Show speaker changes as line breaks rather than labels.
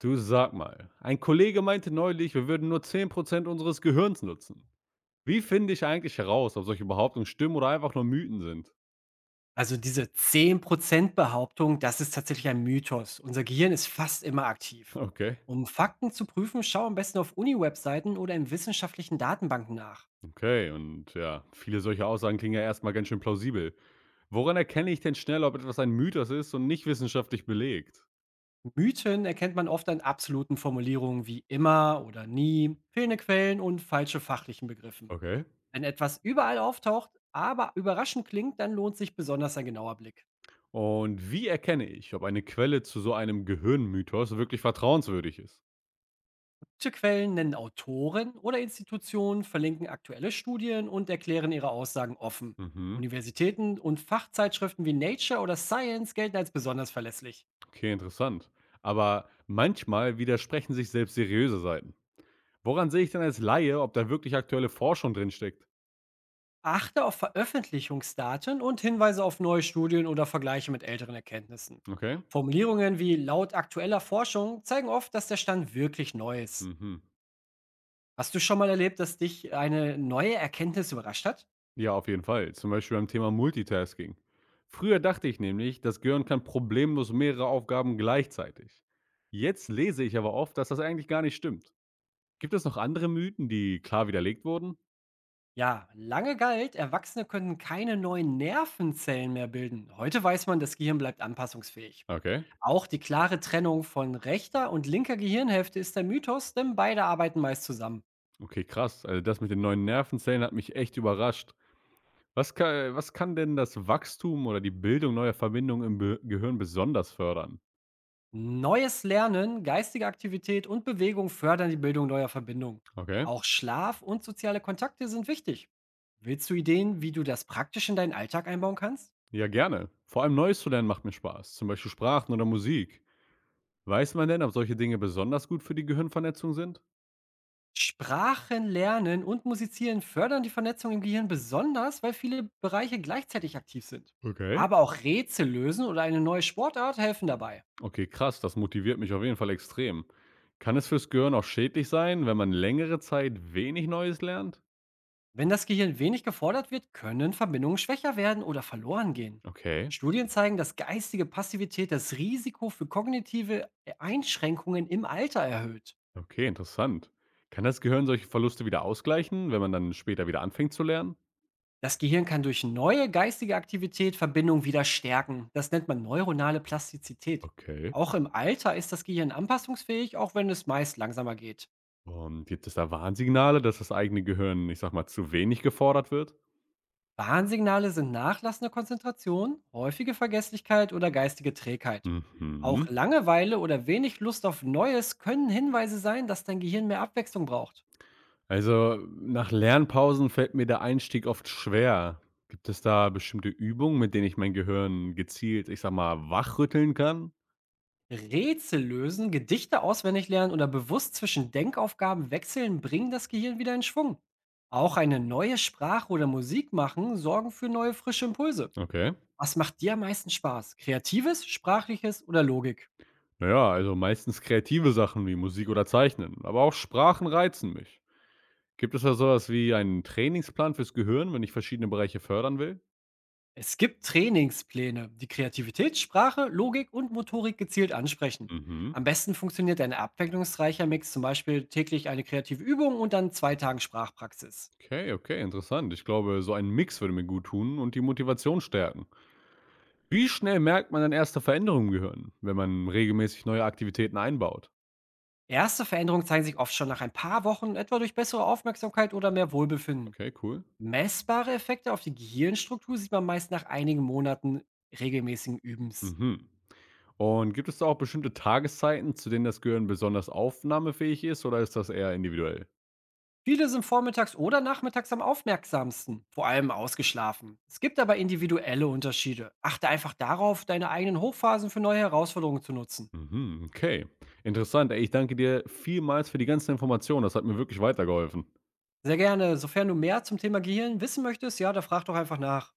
Du sag mal, ein Kollege meinte neulich, wir würden nur 10% unseres Gehirns nutzen. Wie finde ich eigentlich heraus, ob solche Behauptungen stimmen oder einfach nur Mythen sind?
Also diese 10% Behauptung, das ist tatsächlich ein Mythos. Unser Gehirn ist fast immer aktiv.
Okay,
Um Fakten zu prüfen, schau am besten auf Uni-Webseiten oder in wissenschaftlichen Datenbanken nach.
okay, und ja, viele solche Aussagen klingen ja erstmal ganz schön plausibel. Woran erkenne ich denn schnell, ob etwas ein Mythos ist und nicht wissenschaftlich belegt?
Mythen erkennt man oft an absoluten Formulierungen wie immer oder nie, fehlende Quellen und falsche fachlichen Begriffen.
Okay.
Wenn etwas überall auftaucht, aber überraschend klingt, dann lohnt sich besonders ein genauer Blick.
Und wie erkenne ich, ob eine Quelle zu so einem Gehirnmythos wirklich vertrauenswürdig ist?
Manche Quellen nennen Autoren oder Institutionen, verlinken aktuelle Studien und erklären ihre Aussagen offen.
Mhm.
Universitäten und Fachzeitschriften wie Nature oder Science gelten als besonders verlässlich.
Okay, interessant. Aber manchmal widersprechen sich selbst seriöse Seiten. Woran sehe ich denn als Laie, ob da wirklich aktuelle Forschung drin steckt?
Achte auf Veröffentlichungsdaten und Hinweise auf neue Studien oder Vergleiche mit älteren Erkenntnissen.
Okay.
Formulierungen wie laut aktueller Forschung zeigen oft, dass der Stand wirklich neu ist.
Mhm.
Hast du schon mal erlebt, dass dich eine neue Erkenntnis überrascht hat?
Ja, auf jeden Fall. Zum Beispiel beim Thema Multitasking. Früher dachte ich nämlich, das Gehirn kann problemlos mehrere Aufgaben gleichzeitig. Jetzt lese ich aber oft, dass das eigentlich gar nicht stimmt. Gibt es noch andere Mythen, die klar widerlegt wurden?
Ja, lange galt, Erwachsene können keine neuen Nervenzellen mehr bilden. Heute weiß man, das Gehirn bleibt anpassungsfähig.
Okay.
Auch die klare Trennung von rechter und linker Gehirnhälfte ist der Mythos, denn beide arbeiten meist zusammen.
Okay, krass. Also das mit den neuen Nervenzellen hat mich echt überrascht. Was kann denn das Wachstum oder die Bildung neuer Verbindungen im Be Gehirn besonders fördern?
Neues Lernen, geistige Aktivität und Bewegung fördern die Bildung neuer Verbindungen.
Okay.
Auch Schlaf und soziale Kontakte sind wichtig. Willst du Ideen, wie du das praktisch in deinen Alltag einbauen kannst?
Ja, gerne. Vor allem Neues zu lernen macht mir Spaß, zum Beispiel Sprachen oder Musik. Weiß man denn, ob solche Dinge besonders gut für die Gehirnvernetzung sind?
Sprachen lernen und musizieren fördern die Vernetzung im Gehirn besonders, weil viele Bereiche gleichzeitig aktiv sind.
Okay.
Aber auch Rätsel lösen oder eine neue Sportart helfen dabei.
Okay, krass, das motiviert mich auf jeden Fall extrem. Kann es fürs Gehirn auch schädlich sein, wenn man längere Zeit wenig Neues lernt?
Wenn das Gehirn wenig gefordert wird, können Verbindungen schwächer werden oder verloren gehen.
Okay,
Studien zeigen, dass geistige Passivität das Risiko für kognitive Einschränkungen im Alter erhöht.
okay, interessant. Kann das Gehirn solche Verluste wieder ausgleichen, wenn man dann später wieder anfängt zu lernen?
Das Gehirn kann durch neue geistige Aktivität Verbindungen wieder stärken. Das nennt man neuronale Plastizität.
Okay.
Auch im Alter ist das Gehirn anpassungsfähig, auch wenn es meist langsamer geht.
Und gibt es da Warnsignale, dass das eigene Gehirn, ich sag mal, zu wenig gefordert wird?
Warnsignale sind nachlassende Konzentration, häufige Vergesslichkeit oder geistige Trägheit. Auch
Mhm.
Langeweile oder wenig Lust auf Neues können Hinweise sein, dass dein Gehirn mehr Abwechslung braucht.
Also, nach Lernpausen fällt mir der Einstieg oft schwer. Gibt es da bestimmte Übungen, mit denen ich mein Gehirn gezielt, ich sage mal, wachrütteln kann?
Rätsel lösen, Gedichte auswendig lernen oder bewusst zwischen Denkaufgaben wechseln, bringen das Gehirn wieder in Schwung. Auch eine neue Sprache oder Musik machen sorgen für neue frische Impulse.
Okay.
Was macht dir am meisten Spaß? Kreatives, sprachliches oder Logik?
Naja, also meistens kreative Sachen wie Musik oder Zeichnen, aber auch Sprachen reizen mich. Gibt es da sowas wie einen Trainingsplan fürs Gehirn, wenn ich verschiedene Bereiche fördern will?
Es gibt Trainingspläne, die Kreativität, Sprache, Logik und Motorik gezielt ansprechen.
Mhm.
Am besten funktioniert ein abwechslungsreicher Mix, zum Beispiel täglich eine kreative Übung und dann 2 Tagen Sprachpraxis.
Okay, okay, interessant. Ich glaube, so ein Mix würde mir gut tun und die Motivation stärken. Wie schnell merkt man dann erste Veränderungen im Gehirn, wenn man regelmäßig neue Aktivitäten einbaut?
Erste Veränderungen zeigen sich oft schon nach ein paar Wochen, etwa durch bessere Aufmerksamkeit oder mehr Wohlbefinden.
Okay, cool.
Messbare Effekte auf die Gehirnstruktur sieht man meist nach einigen Monaten regelmäßigen Übens.
Mhm. Und gibt es da auch bestimmte Tageszeiten, zu denen das Gehirn besonders aufnahmefähig ist oder ist das eher individuell?
Viele sind vormittags oder nachmittags am aufmerksamsten, vor allem ausgeschlafen. Es gibt aber individuelle Unterschiede. Achte einfach darauf, deine eigenen Hochphasen für neue Herausforderungen zu nutzen.
Mhm, okay. Interessant. Ey, ich danke dir vielmals für die ganzen Informationen. Das hat mir wirklich weitergeholfen.
Sehr gerne, sofern du mehr zum Thema Gehirn wissen möchtest, ja, da frag doch einfach nach.